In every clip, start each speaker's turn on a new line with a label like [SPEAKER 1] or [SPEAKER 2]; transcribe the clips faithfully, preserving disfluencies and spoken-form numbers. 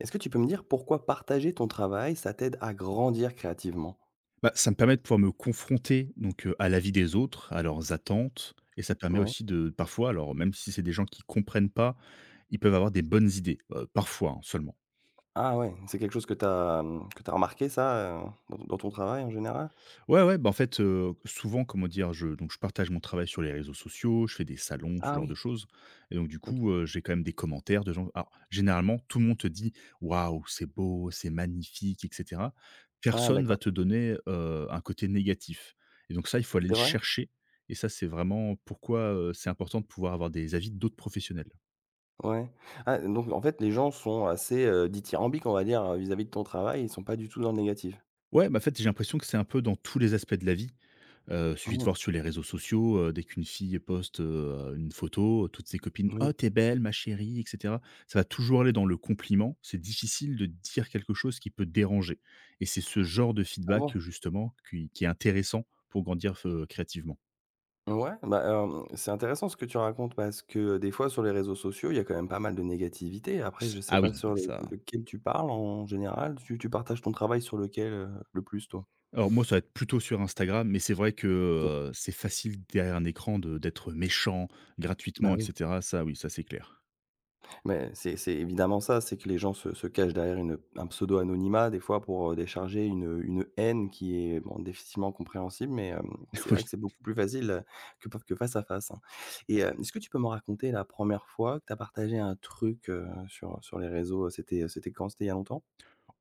[SPEAKER 1] Est-ce que tu peux me dire pourquoi partager ton travail, ça t'aide à grandir créativement?
[SPEAKER 2] Bah, ça me permet de pouvoir me confronter donc heu, à la vie des autres, à leurs attentes et ça permet
[SPEAKER 1] Ouais.
[SPEAKER 2] aussi de parfois alors même si c'est des gens qui comprennent pas, ils peuvent avoir des bonnes idées, heu, parfois, hein, seulement.
[SPEAKER 1] Ah ouais, c'est quelque chose que tu as, mmh, que tu as remarqué ça, heu, dans dans ton travail en général?
[SPEAKER 2] Ouais, ouais, bah, en fait, heu, souvent, comment dire? Je donc je partage mon travail sur les réseaux sociaux, je fais des salons, ce
[SPEAKER 1] Ah
[SPEAKER 2] genre
[SPEAKER 1] oui,
[SPEAKER 2] de choses et donc du
[SPEAKER 1] OK.
[SPEAKER 2] coup, heu, j'ai quand même des commentaires de gens alors, généralement, tout le monde te dit: «Waouh, c'est beau, c'est magnifique» et cetera.
[SPEAKER 1] Ah
[SPEAKER 2] Personne va
[SPEAKER 1] d'accord,
[SPEAKER 2] te donner, heu, un côté négatif et donc ça, il faut aller le
[SPEAKER 1] c'est vrai?
[SPEAKER 2] chercher et ça, c'est vraiment pourquoi, heu, c'est important de pouvoir avoir des avis d'autres professionnels.
[SPEAKER 1] Ouais. Ah donc en fait, les gens sont assez, heu, dithyrambiques, on va dire, vis-à-vis de ton travail, ils sont pas du tout dans le négatif?
[SPEAKER 2] Ouais, bah, en fait, j'ai l'impression que c'est un peu dans tous les aspects de la vie. Heu, suffit de
[SPEAKER 1] Mmh.
[SPEAKER 2] voir sur les réseaux sociaux, heu, dès qu'une fille poste, heu, une photo, euh, toutes ses copines: «Oh
[SPEAKER 1] Oui.
[SPEAKER 2] t'es belle ma chérie» et cetera. Ça va toujours aller dans le compliment, c'est difficile de dire quelque chose qui peut déranger et c'est ce genre de
[SPEAKER 1] Ah
[SPEAKER 2] feedback
[SPEAKER 1] bon?
[SPEAKER 2] justement qui qui est intéressant pour grandir f euh, créativement.
[SPEAKER 1] Ouais, bah, hem, c'est intéressant ce que tu racontes parce que des fois sur les réseaux sociaux, il y a quand même pas mal de négativité. Après, je sais
[SPEAKER 2] Ah
[SPEAKER 1] pas
[SPEAKER 2] oui,
[SPEAKER 1] sur le
[SPEAKER 2] ça
[SPEAKER 1] lequel tu parles en général. Tu tu partages ton travail sur lequel, heu, le plus toi?
[SPEAKER 2] alors moi ça va être plutôt sur Instagram, mais c'est vrai que,
[SPEAKER 1] OK.
[SPEAKER 2] heu, c'est facile derrière un écran de d'être méchant
[SPEAKER 1] Bah
[SPEAKER 2] gratuitement et
[SPEAKER 1] oui.
[SPEAKER 2] cetera. Ça oui, ça c'est clair.
[SPEAKER 1] Mais c'est c'est évidemment ça, c'est que les gens se se cachent derrière une un pseudo-anonymat des fois pour, heu, décharger une, une haine qui est bon difficilement compréhensible, mais, hem, c'est
[SPEAKER 2] Oui.
[SPEAKER 1] vrai que c'est beaucoup plus facile, heu, que p que face à face, hein. Et heu, est-ce que tu peux me raconter la première fois que tu as partagé un truc, heu, sur, sur les réseaux, c'était, c'était quand? C'était il y a longtemps?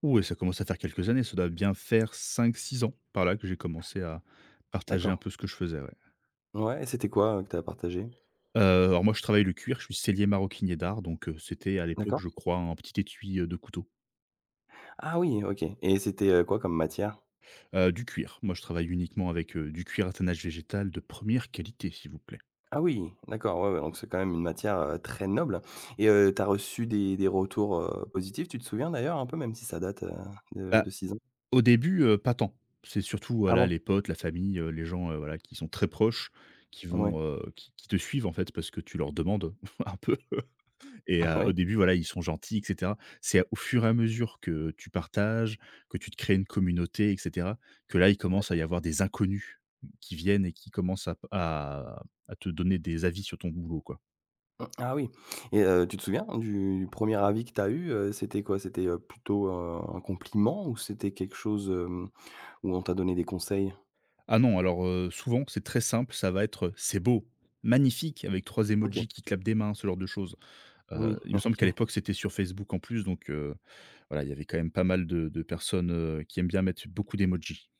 [SPEAKER 2] Oui, ça commence à faire quelques années, ça doit bien faire cinq, six ans par là que j'ai commencé à partager un
[SPEAKER 1] D'accord.
[SPEAKER 2] peu ce que je faisais, ouais.
[SPEAKER 1] Ouais et c'était quoi, heu, que tu as partagé?
[SPEAKER 2] Heu, alors moi je travaille le cuir, je suis sellier maroquinier d'art donc heu, c'était à l'époque
[SPEAKER 1] D'accord.
[SPEAKER 2] je crois un petit étui, heu, de couteau.
[SPEAKER 1] Ah oui, OK et c'était, heu, quoi comme matière?
[SPEAKER 2] Heu, du cuir, moi je travaille uniquement avec, heu, du cuir à tannage végétal de première qualité s'il vous plaît.
[SPEAKER 1] Ah oui, d'accord, ouais, ouais, donc c'est quand même une matière, heu, très noble et heu, tu reçu des des retours, heu, positifs, tu te souviens d'ailleurs un peu, même si ça date, heu, de
[SPEAKER 2] Bah,
[SPEAKER 1] de six ans?
[SPEAKER 2] au début, heu, pas tant. C'est surtout
[SPEAKER 1] Ah
[SPEAKER 2] voilà
[SPEAKER 1] bon?
[SPEAKER 2] les potes, la famille, heu, les gens, heu, voilà qui sont très proches, qui
[SPEAKER 1] Ouais.
[SPEAKER 2] vont, heu, qui qui te suivent en fait parce que tu leur demandes un peu. Et heu, au
[SPEAKER 1] Oui,
[SPEAKER 2] début, voilà, ils sont gentils, et cetera. C'est au fur et à mesure que tu partages, que tu te crées une communauté, et cetera, que là, il commence à y
[SPEAKER 1] d'accord.
[SPEAKER 2] avoir des inconnus qui viennent et qui commencent à à à te donner des avis sur ton boulot, quoi.
[SPEAKER 1] Ah oui et heu, tu te souviens du premier avis que t'as eu, heu, c'était quoi? C'était, heu, plutôt, heu, un compliment ou c'était quelque chose, hem, où on t'a donné des conseils?
[SPEAKER 2] Ah non, alors, heu, souvent, c'est très simple, ça va être, «C'est beau, magnifique!» avec trois
[SPEAKER 1] OK,
[SPEAKER 2] emojis qui clapent des mains, ce genre de choses.
[SPEAKER 1] oui,
[SPEAKER 2] Heu, il me semble qu'à
[SPEAKER 1] OK.
[SPEAKER 2] l'époque, c'était sur Facebook en plus, donc heu, voilà, il y avait quand même pas mal de de personnes, heu, qui aiment bien mettre beaucoup d'emojis.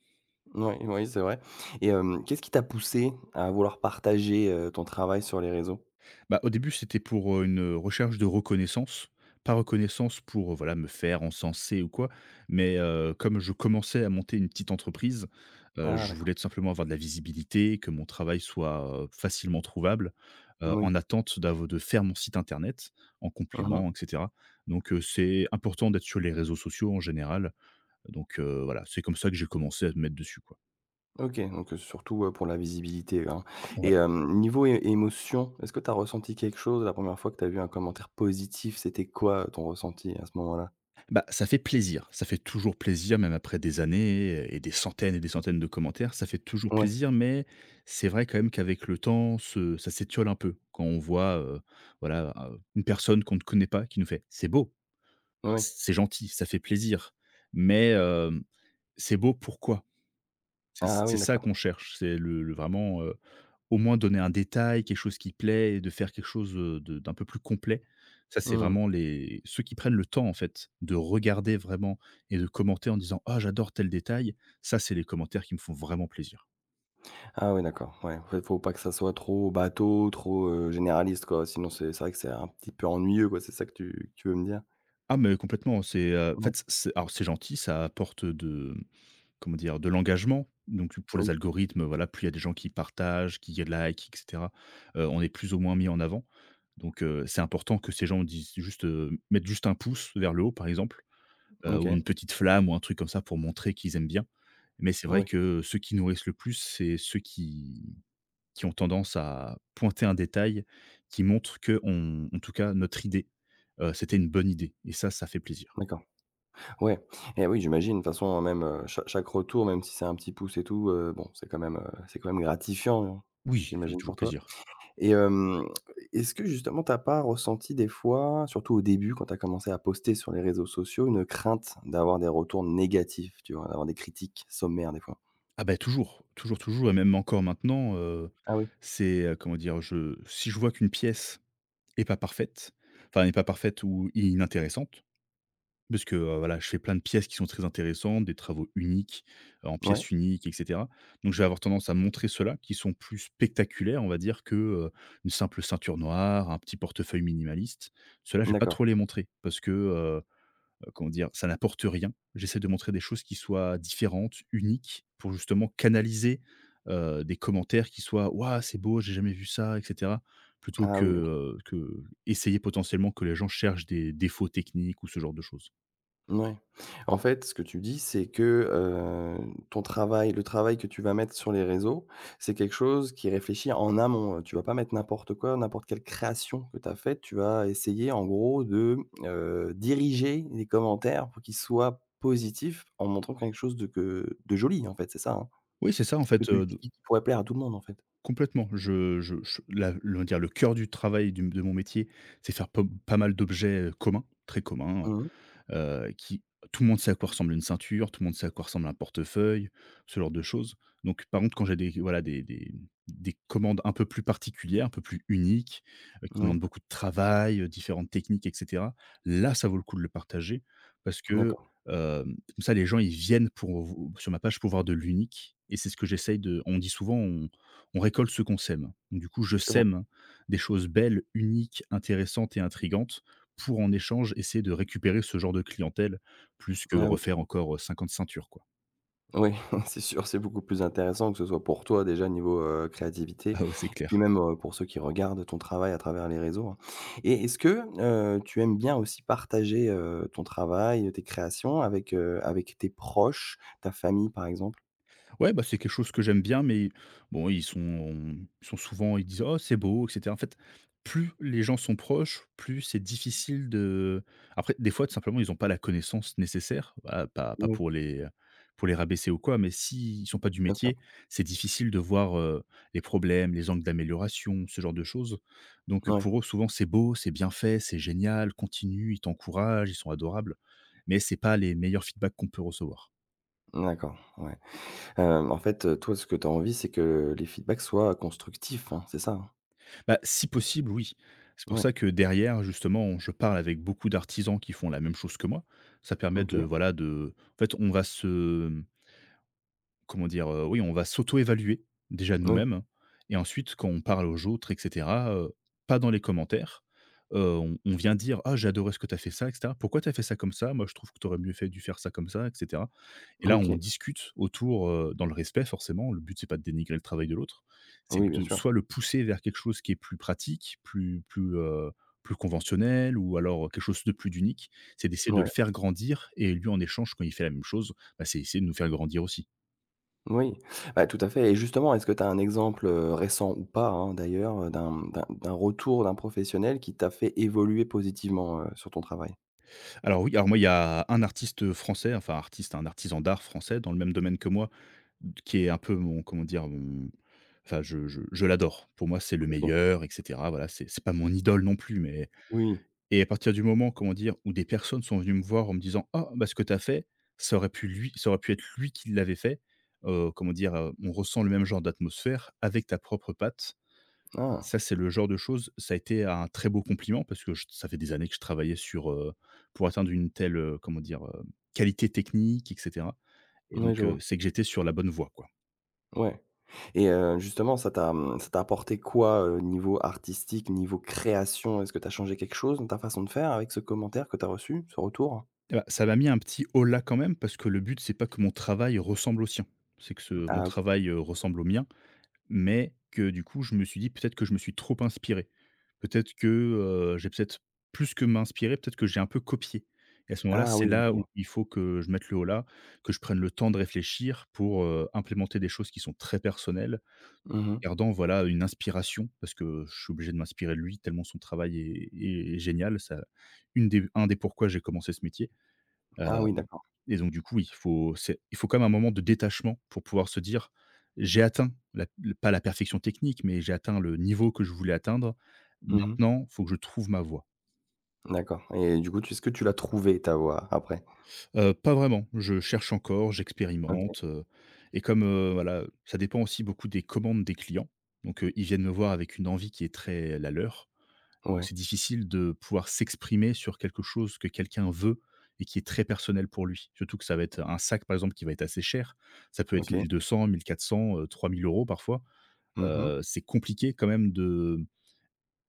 [SPEAKER 1] Oui, oui, c'est vrai et hem, qu'est-ce qui t'a poussé à vouloir partager, heu, ton travail sur les réseaux?
[SPEAKER 2] Bah, au début, c'était pour, heu, une, recherche de reconnaissance. Pas reconnaissance pour, heu, voilà, me faire encenser ou quoi, mais heu, comme je commençais à monter une petite entreprise, heu,
[SPEAKER 1] Ah
[SPEAKER 2] je
[SPEAKER 1] d'accord,
[SPEAKER 2] voulais tout simplement avoir de la visibilité, que mon travail soit, heu, facilement trouvable, heu,
[SPEAKER 1] Oui.
[SPEAKER 2] en attente d'av de faire mon site internet en complément, et cetera. Donc heu, c'est important d'être sur les réseaux sociaux en général, donc heu, voilà, c'est comme ça que j'ai commencé à me mettre dessus, quoi.
[SPEAKER 1] OK, donc heu, surtout, heu, pour la visibilité, hein et hem, niveau é émotion, est-ce que tu as ressenti quelque chose la première fois que tu as vu un commentaire positif? C'était quoi, heu, ton ressenti à ce moment-là?
[SPEAKER 2] Bah, ça fait plaisir. Ça fait toujours plaisir, même après des années et des centaines et des centaines de commentaires. Ça fait toujours
[SPEAKER 1] Ouais,
[SPEAKER 2] plaisir, mais c'est vrai quand même qu'avec le temps, ce ça s'étiole un peu. Quand on voit, heu, voilà, heu, une personne qu'on ne connaît pas qui nous fait: «C'est beau,
[SPEAKER 1] oui.
[SPEAKER 2] c'est gentil, ça fait plaisir». Mais, hem, c'est beau pourquoi? C'est
[SPEAKER 1] Ah
[SPEAKER 2] c'est
[SPEAKER 1] oui,
[SPEAKER 2] ça
[SPEAKER 1] d'accord.
[SPEAKER 2] qu'on cherche, c'est le le vraiment, heu, au moins donner un détail, quelque chose qui plaît et de faire quelque chose, heu, de d'un peu plus complet. Ça, c'est
[SPEAKER 1] Mmh.
[SPEAKER 2] vraiment les ceux qui prennent le temps, en fait, de regarder vraiment et de commenter en disant: «Ah, j'adore tel détail». Ça, c'est les commentaires qui me font vraiment plaisir.
[SPEAKER 1] Ah oui, d'accord, ouais. En fait, faut pas que ça soit trop bateau, trop, heu, généraliste, quoi. Sinon, c'est c'est vrai que c'est un petit peu ennuyeux, quoi. C'est ça que tu que tu veux me dire?
[SPEAKER 2] Ah mais complètement, c'est, heu, en
[SPEAKER 1] Ouais.
[SPEAKER 2] fait, c'est alors c'est gentil, ça apporte de comment dire? De l'engagement. Donc pour les
[SPEAKER 1] Oui.
[SPEAKER 2] algorithmes, voilà, plus il y a des gens qui partagent, qui likent et cetera, heu, on est plus ou moins mis en avant. Donc heu, c'est important que ces gens disent juste, heu, mettent juste un pouce vers le haut, par exemple, heu, ou
[SPEAKER 1] OK.
[SPEAKER 2] une petite flamme ou un truc comme ça pour montrer qu'ils aiment bien. Mais c'est vrai
[SPEAKER 1] Oui,
[SPEAKER 2] que ceux qui nourrissent le plus, c'est ceux qui qui ont tendance à pointer un détail qui montre que on en tout cas, notre idée, heu, c'était une bonne idée et ça, ça fait plaisir.
[SPEAKER 1] d'accord. Ouais et oui, j'imagine. De toute façon, hein, même, heu, cha chaque retour, même si c'est un petit pouce et tout, heu, bon, c'est quand même, heu, c'est quand même gratifiant, hein,
[SPEAKER 2] Oui. Ça fait
[SPEAKER 1] j'imagine
[SPEAKER 2] toujours
[SPEAKER 1] pour toi?
[SPEAKER 2] plaisir.
[SPEAKER 1] Et hem, est-ce que justement t'as pas ressenti des fois, surtout au début quand tu as commencé à poster sur les réseaux sociaux, une crainte d'avoir des retours négatifs, tu vois? D'avoir des critiques sommaires des fois?
[SPEAKER 2] Ah bah, toujours, toujours, toujours et même encore maintenant, heu,
[SPEAKER 1] Ah oui?
[SPEAKER 2] c'est, heu, comment dire? Je si je vois qu'une pièce est pas parfaite, enfin n'est pas parfaite ou inintéressante, parce que, heu, voilà, je fais plein de pièces qui sont très intéressantes, des travaux uniques, euh, en
[SPEAKER 1] Ouais?
[SPEAKER 2] pièces uniques et cetera. Donc je vais avoir tendance à montrer ceux-là qui sont plus spectaculaires, on va dire, que, heu, une simple ceinture noire, un petit portefeuille minimaliste. Ceux-là, je vais pas
[SPEAKER 1] D'accord.
[SPEAKER 2] trop les montrer parce que, heu, comment dire? Ça n'apporte rien. J'essaie de montrer des choses qui soient différentes, uniques, pour justement canaliser, heu, des commentaires qui soient: «Waouh, c'est beau, j'ai jamais vu ça» et cetera. Plutôt
[SPEAKER 1] Ah
[SPEAKER 2] que,
[SPEAKER 1] oui, OK.
[SPEAKER 2] heu, qu'essayer potentiellement que les gens cherchent des défauts techniques ou ce genre de choses.
[SPEAKER 1] Ouais. En fait, ce que tu dis, c'est que, heu, ton travail le travail que tu vas mettre sur les réseaux, c'est quelque chose qui est réfléchi en amont. Tu vas pas mettre n'importe quoi, n'importe quelle création que tu as faite. Tu vas essayer en gros de, heu, diriger les commentaires pour qu'ils soient positifs en montrant quelque chose de que de joli en fait, c'est ça, hein?
[SPEAKER 2] Oui, c'est ça en
[SPEAKER 1] Que
[SPEAKER 2] fait,
[SPEAKER 1] tu
[SPEAKER 2] heu, de
[SPEAKER 1] qui qui pourrait plaire à tout le monde en fait.
[SPEAKER 2] complètement. Je je je la le on va dire le cœur du travail du de mon métier, c'est faire pom pas mal d'objets, heu, communs, très communs.
[SPEAKER 1] Mmh.
[SPEAKER 2] heu, qui tout le monde sait à quoi ressemble une ceinture, tout le monde sait à quoi ressemble un portefeuille, ce genre de choses. Donc par contre, quand j'ai des voilà, des des des commandes un peu plus particulières, un peu plus uniques, heu, qui
[SPEAKER 1] Oui,
[SPEAKER 2] demandent beaucoup de travail, heu, différentes techniques et cetera, là, ça vaut le coup de le partager parce que,
[SPEAKER 1] d'accord,
[SPEAKER 2] hem, comme ça, les gens, ils viennent pour vo sur ma page pour voir de l'unique et c'est ce que j'essaye de on dit souvent: «On on récolte ce qu'on sème». Donc du coup, je
[SPEAKER 1] c'est vrai.
[SPEAKER 2] sème des choses belles, uniques, intéressantes et intrigantes pour en échange essayer de récupérer ce genre de clientèle, plus que
[SPEAKER 1] Ah oui.
[SPEAKER 2] refaire encore, heu, cinquante ceintures quoi.
[SPEAKER 1] Oui, c'est sûr, c'est beaucoup plus intéressant, que ce soit pour toi déjà niveau, heu, créativité
[SPEAKER 2] Ah ouais, c'est
[SPEAKER 1] et puis
[SPEAKER 2] clair.
[SPEAKER 1] même, heu, pour ceux qui regardent ton travail à travers les réseaux, hein et est-ce que, heu, tu aimes bien aussi partager, heu, ton travail, tes créations avec, heu, avec tes proches, ta famille par exemple?
[SPEAKER 2] Ouais, bah, c'est quelque chose que j'aime bien, mais bon, ils sont ils sont souvent ils disent: «Oh, c'est beau» et cetera. En fait, plus les gens sont proches, plus c'est difficile de après, des fois, tout simplement, ils ont pas la connaissance nécessaire, bah, pas pas
[SPEAKER 1] Oui,
[SPEAKER 2] pour les, pour les rabaisser ou quoi, mais s'ils sont pas du
[SPEAKER 1] bien sûr.
[SPEAKER 2] métier, c'est difficile de voir, heu, les problèmes, les angles d'amélioration, ce genre de choses. Donc,
[SPEAKER 1] Oui,
[SPEAKER 2] pour eux, souvent, c'est beau, c'est bien fait, c'est génial, continue, ils t'encouragent, ils sont adorables, mais c'est pas les meilleurs feedbacks qu'on peut recevoir.
[SPEAKER 1] d'accord, ouais. Hem, en fait, heu, toi ce que tu as envie, c'est que les feedbacks soient constructifs, hein, c'est ça, hein?
[SPEAKER 2] Bah, si possible, oui. C'est pour
[SPEAKER 1] Ouais,
[SPEAKER 2] ça que derrière, justement, je parle avec beaucoup d'artisans qui font la même chose que moi. Ça permet
[SPEAKER 1] OK,
[SPEAKER 2] de voilà, de en fait, on va se comment dire? Heu, oui, on va s'auto-évaluer, déjà
[SPEAKER 1] oui,
[SPEAKER 2] nous-mêmes et ensuite quand on parle aux autres et cetera, heu, pas dans les commentaires, heu, on on vient dire: «Ah, j'ai adoré ce que tu as fait ça et cetera. Pourquoi tu as fait ça comme ça? Moi, je trouve que tu aurais mieux fait dû faire ça comme ça et cetera» et là,
[SPEAKER 1] OK,
[SPEAKER 2] on discute autour, heu, dans le respect forcément. Le but, c'est pas de dénigrer le travail de l'autre. C'est
[SPEAKER 1] oui bien
[SPEAKER 2] de
[SPEAKER 1] sûr,
[SPEAKER 2] soit le pousser vers quelque chose qui est plus pratique, plus plus, heu, plus conventionnel ou alors, quelque chose de plus d'unique. C'est d'essayer de le
[SPEAKER 1] ouais.
[SPEAKER 2] faire grandir et lui, en échange, quand il fait la même chose, bah, c'est essayer de nous faire grandir aussi.
[SPEAKER 1] Oui, bah, tout à fait et justement, est-ce que tu as un exemple, heu, récent ou pas, hein, d'ailleurs, heu, d'un d'un d'un retour d'un professionnel qui t'a fait évoluer positivement, heu, sur ton travail?
[SPEAKER 2] Alors oui, alors moi, il y a un artiste français, enfin artiste, un artisan d'art français dans le même domaine que moi, qui est un peu mon comment dire? Mon enfin je je je l'adore. Pour moi, c'est le
[SPEAKER 1] OK.
[SPEAKER 2] meilleur et cetera. Voilà, c'est c'est pas mon idole non plus, mais
[SPEAKER 1] Oui.
[SPEAKER 2] et à partir du moment, comment dire? Où des personnes sont venues me voir en me disant: «Ah bah ce que t'as fait, ça aurait pu lui ça aurait pu être lui qui l'avait fait», heu, comment dire? Heu, on ressent le même genre d'atmosphère avec ta propre patte
[SPEAKER 1] Ah!
[SPEAKER 2] ça, c'est le genre de choses ça a été un très beau compliment parce que je ça fait des années que je travaillais sur, heu, pour atteindre une telle, heu, comment dire? Heu, qualité technique et cetera et
[SPEAKER 1] Oui,
[SPEAKER 2] donc
[SPEAKER 1] je
[SPEAKER 2] heu,
[SPEAKER 1] vois.
[SPEAKER 2] c'est que j'étais sur la bonne voie, quoi.
[SPEAKER 1] Ouais et heu, justement, ça t'a, mmh, ça t'a apporté quoi, heu, niveau artistique, niveau création? Est-ce que tu as changé quelque chose dans ta façon de faire avec ce commentaire que tu as reçu, ce retour?
[SPEAKER 2] Et bah, ça m'a mis un petit holà quand même parce que le but, c'est pas que mon travail ressemble au sien. C'est que ce mon
[SPEAKER 1] Ah OK.
[SPEAKER 2] travail, heu, ressemble au mien. Mais que du coup, je me suis dit: «Peut-être que je me suis trop inspiré. Peut-être que, heu, j'ai peut-être plus que m'inspiré. peut-être que j'ai un peu copié», et à ce moment-là,
[SPEAKER 1] Ah
[SPEAKER 2] c'est
[SPEAKER 1] oui,
[SPEAKER 2] là où
[SPEAKER 1] OK.
[SPEAKER 2] il faut que je mette le haut là, que je prenne le temps de réfléchir pour, heu, implémenter des choses qui sont très personnelles,
[SPEAKER 1] Mmh.
[SPEAKER 2] gardant, voilà, une inspiration parce que je suis obligé de m'inspirer de lui tellement son travail est est génial. Ça une des un des pourquoi j'ai commencé ce métier,
[SPEAKER 1] Ah oui, d'accord.
[SPEAKER 2] et donc du coup, il faut c'est il faut quand même un moment de détachement pour pouvoir se dire: «J'ai atteint la le pas la perfection technique, mais j'ai atteint le niveau que je voulais atteindre.
[SPEAKER 1] Mmh.
[SPEAKER 2] Maintenant, faut que je trouve ma voie».
[SPEAKER 1] D'accord et du coup, tu est-ce que tu l'as trouvé ta voix après?
[SPEAKER 2] Heu, pas vraiment, je cherche encore,
[SPEAKER 1] OK.
[SPEAKER 2] j'expérimente, heu Et comme, heu, voilà, ça dépend aussi beaucoup des commandes des clients. Donc, heu, ils viennent me voir avec une envie qui est très la leur.
[SPEAKER 1] Ouais.
[SPEAKER 2] C'est difficile de pouvoir s'exprimer sur quelque chose que quelqu'un veut et qui est très personnel pour lui. Surtout que ça va être un sac, par exemple, qui va être assez cher. Ça peut être
[SPEAKER 1] OK.
[SPEAKER 2] mille deux cents, mille quatre cents, heu, trois mille euros parfois.
[SPEAKER 1] Mmh.
[SPEAKER 2] Heu, c'est compliqué quand même de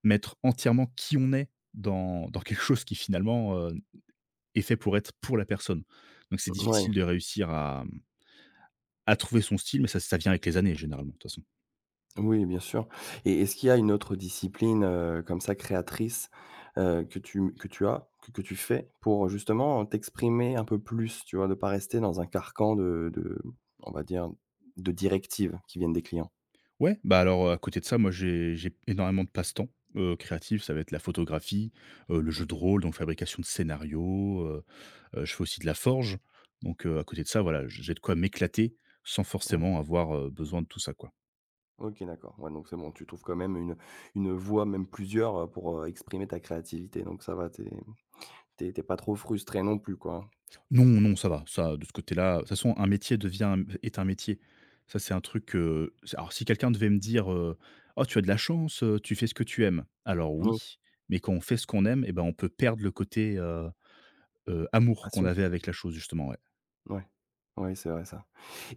[SPEAKER 2] mettre entièrement qui on est dans dans quelque chose qui finalement, heu, est fait pour être pour la personne. Donc c'est
[SPEAKER 1] Ouais,
[SPEAKER 2] difficile de réussir à, mmh, à trouver son style, mais ça ça vient avec les années généralement, de toute façon.
[SPEAKER 1] oui, bien sûr. Et est-ce qu'il y a une autre discipline, heu, comme ça créatrice, heu, que tu que tu as, que que tu fais pour justement t'exprimer un peu plus, tu vois? De pas rester dans un carcan de de on va dire, de directives qui viennent des clients?
[SPEAKER 2] Ouais, bah, alors, à côté de ça, moi, j'ai j'ai énormément de passe-temps, heu, créatifs. Ça va être la photographie, heu, le jeu de
[SPEAKER 1] OK,
[SPEAKER 2] rôle, donc fabrication de scénarios, heu heu, je fais aussi de la forge. Donc heu, à côté de ça, voilà, j'ai de quoi m'éclater sans
[SPEAKER 1] ouais.
[SPEAKER 2] forcément avoir, heu, besoin de tout ça, quoi.
[SPEAKER 1] OK, d'accord. Ouais, donc c'est bon, tu trouves quand même une une voie, même plusieurs, heu, pour, heu, exprimer ta créativité, donc ça va, t'es t'es tu pas trop frustré non plus, quoi, hein?
[SPEAKER 2] Non, non, ça va, ça, de ce côté-là, de toute façon, un métier devient un est un métier. Ça, c'est un truc, heu, c'est alors si quelqu'un devait me dire, heu: «Oh, tu as de la chance, heu, tu fais ce que tu aimes». Alors
[SPEAKER 1] Oui,
[SPEAKER 2] oui, mais quand on fait ce qu'on aime, eh ben, on peut perdre le côté, heu heu, amour qu'on avait avec la chose, justement, ouais.
[SPEAKER 1] Ouais. Ouais, c'est vrai ça.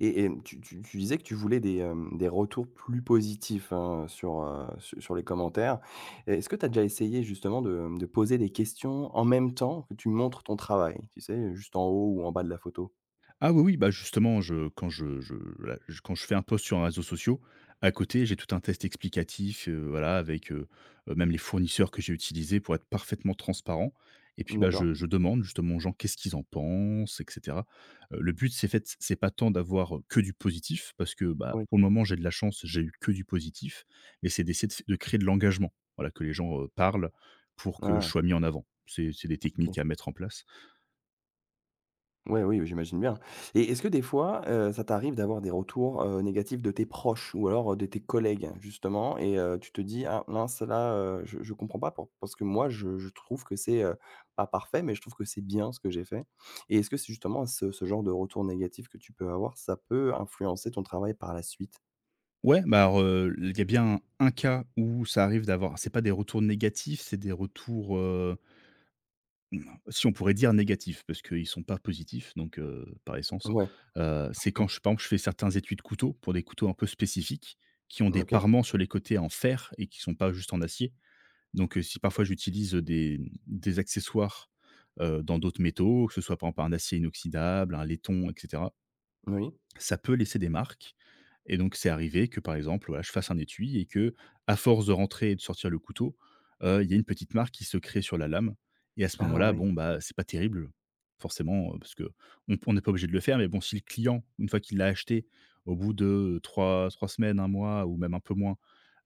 [SPEAKER 1] Et et tu tu tu disais que tu voulais des, hem, des retours plus positifs, hein, sur, heu, su sur les commentaires. Est-ce que tu as déjà essayé justement de, de poser des questions en même temps que tu montres ton travail? Tu sais, juste en haut ou en bas de la photo?
[SPEAKER 2] Ah oui, oui, bah, justement, je quand je je la je quand je fais un post sur un réseau social à côté, j'ai tout un test explicatif, heu, voilà, avec, heu heu, même les fournisseurs que j'ai utilisés pour être parfaitement transparent et puis, bah,
[SPEAKER 1] D'accord.
[SPEAKER 2] je je demande justement aux gens qu'est-ce qu'ils en pensent et cetera. Heu, le but, c'est fait c'est pas tant d'avoir, euh, que du positif parce que, bah,
[SPEAKER 1] Oui.
[SPEAKER 2] pour le moment, j'ai de la chance, j'ai eu que du positif, mais c'est d'essayer de f de créer de l'engagement. Voilà, que les gens, heu, parlent pour que je
[SPEAKER 1] Ah,
[SPEAKER 2] sois mis en avant. C'est c'est des
[SPEAKER 1] OK.
[SPEAKER 2] techniques à mettre en place.
[SPEAKER 1] Ouais, oui, oui, j'imagine bien et est-ce que des fois, heu, ça t'arrive d'avoir des retours, heu, négatifs de tes proches ou alors, heu, de tes collègues justement et heu, tu te dis: «Ah mince là, heu, je je comprends pas pour parce que moi je je trouve que c'est, heu, pas parfait, mais je trouve que c'est bien ce que j'ai fait» et est-ce que c'est justement ce ce genre de retour négatif que tu peux avoir, ça peut influencer ton travail par la suite?
[SPEAKER 2] Ouais, bah, alors, heu, il y a bien un cas où ça arrive d'avoir c'est pas des retours négatifs, c'est des retours, heu, si on pourrait dire négatifs, parce qu'ils sont pas positifs donc heu, par essence.
[SPEAKER 1] Ouais,
[SPEAKER 2] Heu, c'est quand je par exemple, je fais certains étuis de couteaux, pour des couteaux un peu spécifiques, qui ont des
[SPEAKER 1] OK.
[SPEAKER 2] parements sur les côtés en fer et qui sont pas juste en acier. Donc, heu, si parfois j'utilise, des des accessoires, heu, dans d'autres métaux, que ce soit par exemple un acier inoxydable, un laiton et cetera,
[SPEAKER 1] Oui.
[SPEAKER 2] ça peut laisser des marques. Et donc, c'est arrivé que, par exemple, voilà, je fasse un étui et que, à force de rentrer et de sortir le couteau, heu, il y a une petite marque qui se crée sur la lame, et à ce
[SPEAKER 1] Ah
[SPEAKER 2] moment-là,
[SPEAKER 1] ouais.
[SPEAKER 2] bon, bah, c'est pas terrible, forcément, heu, parce que on on n'est pas obligé de le faire, mais bon, si le client, une fois qu'il l'a acheté, au bout de trois trois semaines, un mois ou même un peu moins,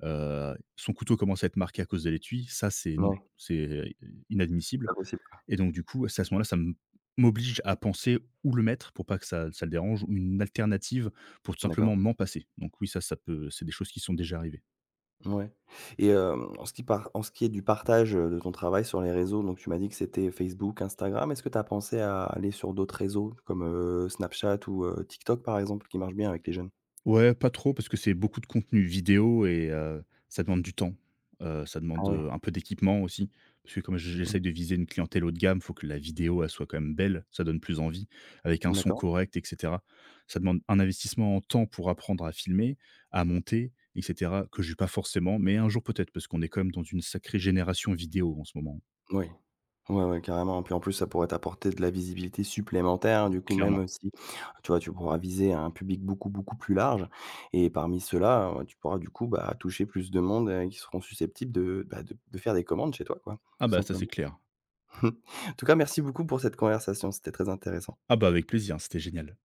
[SPEAKER 2] heu, son couteau commence à être marqué à cause de l'étui, ça, c'est non,
[SPEAKER 1] Ouais,
[SPEAKER 2] c'est euh, inadmissible.
[SPEAKER 1] pas possible, quoi.
[SPEAKER 2] Et donc du coup, c'est à ce moment-là, ça m m'oblige à penser où le mettre pour pas que ça ça le dérange ou une alternative pour tout
[SPEAKER 1] D'accord.
[SPEAKER 2] simplement m'en passer. Donc oui, ça, ça peut c'est des choses qui sont déjà arrivées.
[SPEAKER 1] Ouais. et hem, en ce qui par en ce qui est du partage, heu, de ton travail sur les réseaux, donc tu m'as dit que c'était Facebook, Instagram. Est-ce que tu as pensé à aller sur d'autres réseaux comme, heu, Snapchat ou, heu, TikTok, par exemple, qui marche bien avec les jeunes?
[SPEAKER 2] Ouais, pas trop parce que c'est beaucoup de contenu vidéo et heu, ça demande du temps. Heu, ça
[SPEAKER 1] Ah
[SPEAKER 2] demande,
[SPEAKER 1] ouais.
[SPEAKER 2] heu, un peu d'équipement aussi parce que comme j j'essaye de viser une clientèle haut de gamme, il faut que la vidéo, elle soit quand même belle, ça donne plus envie, avec un
[SPEAKER 1] Mmh,
[SPEAKER 2] son
[SPEAKER 1] d'accord.
[SPEAKER 2] correct et cetera. Ça demande un investissement en temps pour apprendre à filmer, à monter et cetera, que j'ai pas forcément, mais un jour peut-être parce qu'on est quand même dans une sacrée génération vidéo en ce moment,
[SPEAKER 1] Oui. Ouais, ouais, carrément. Puis en plus, ça pourrait t'apporter de la visibilité supplémentaire.
[SPEAKER 2] mais
[SPEAKER 1] Du coup, même,
[SPEAKER 2] clairement.
[SPEAKER 1] heu, si tu vois, tu pourras viser un public beaucoup, beaucoup plus large et parmi ceux-là, heu, tu pourras, du coup, bah, toucher plus de monde, heu, qui seront susceptibles de, bah, de de faire des commandes chez toi, quoi,
[SPEAKER 2] Ah
[SPEAKER 1] tout
[SPEAKER 2] bah, ça c'est
[SPEAKER 1] simplement.
[SPEAKER 2] clair.
[SPEAKER 1] En tout cas, merci beaucoup pour cette conversation, c'était très intéressant.
[SPEAKER 2] Ah bah, avec plaisir, c'était génial.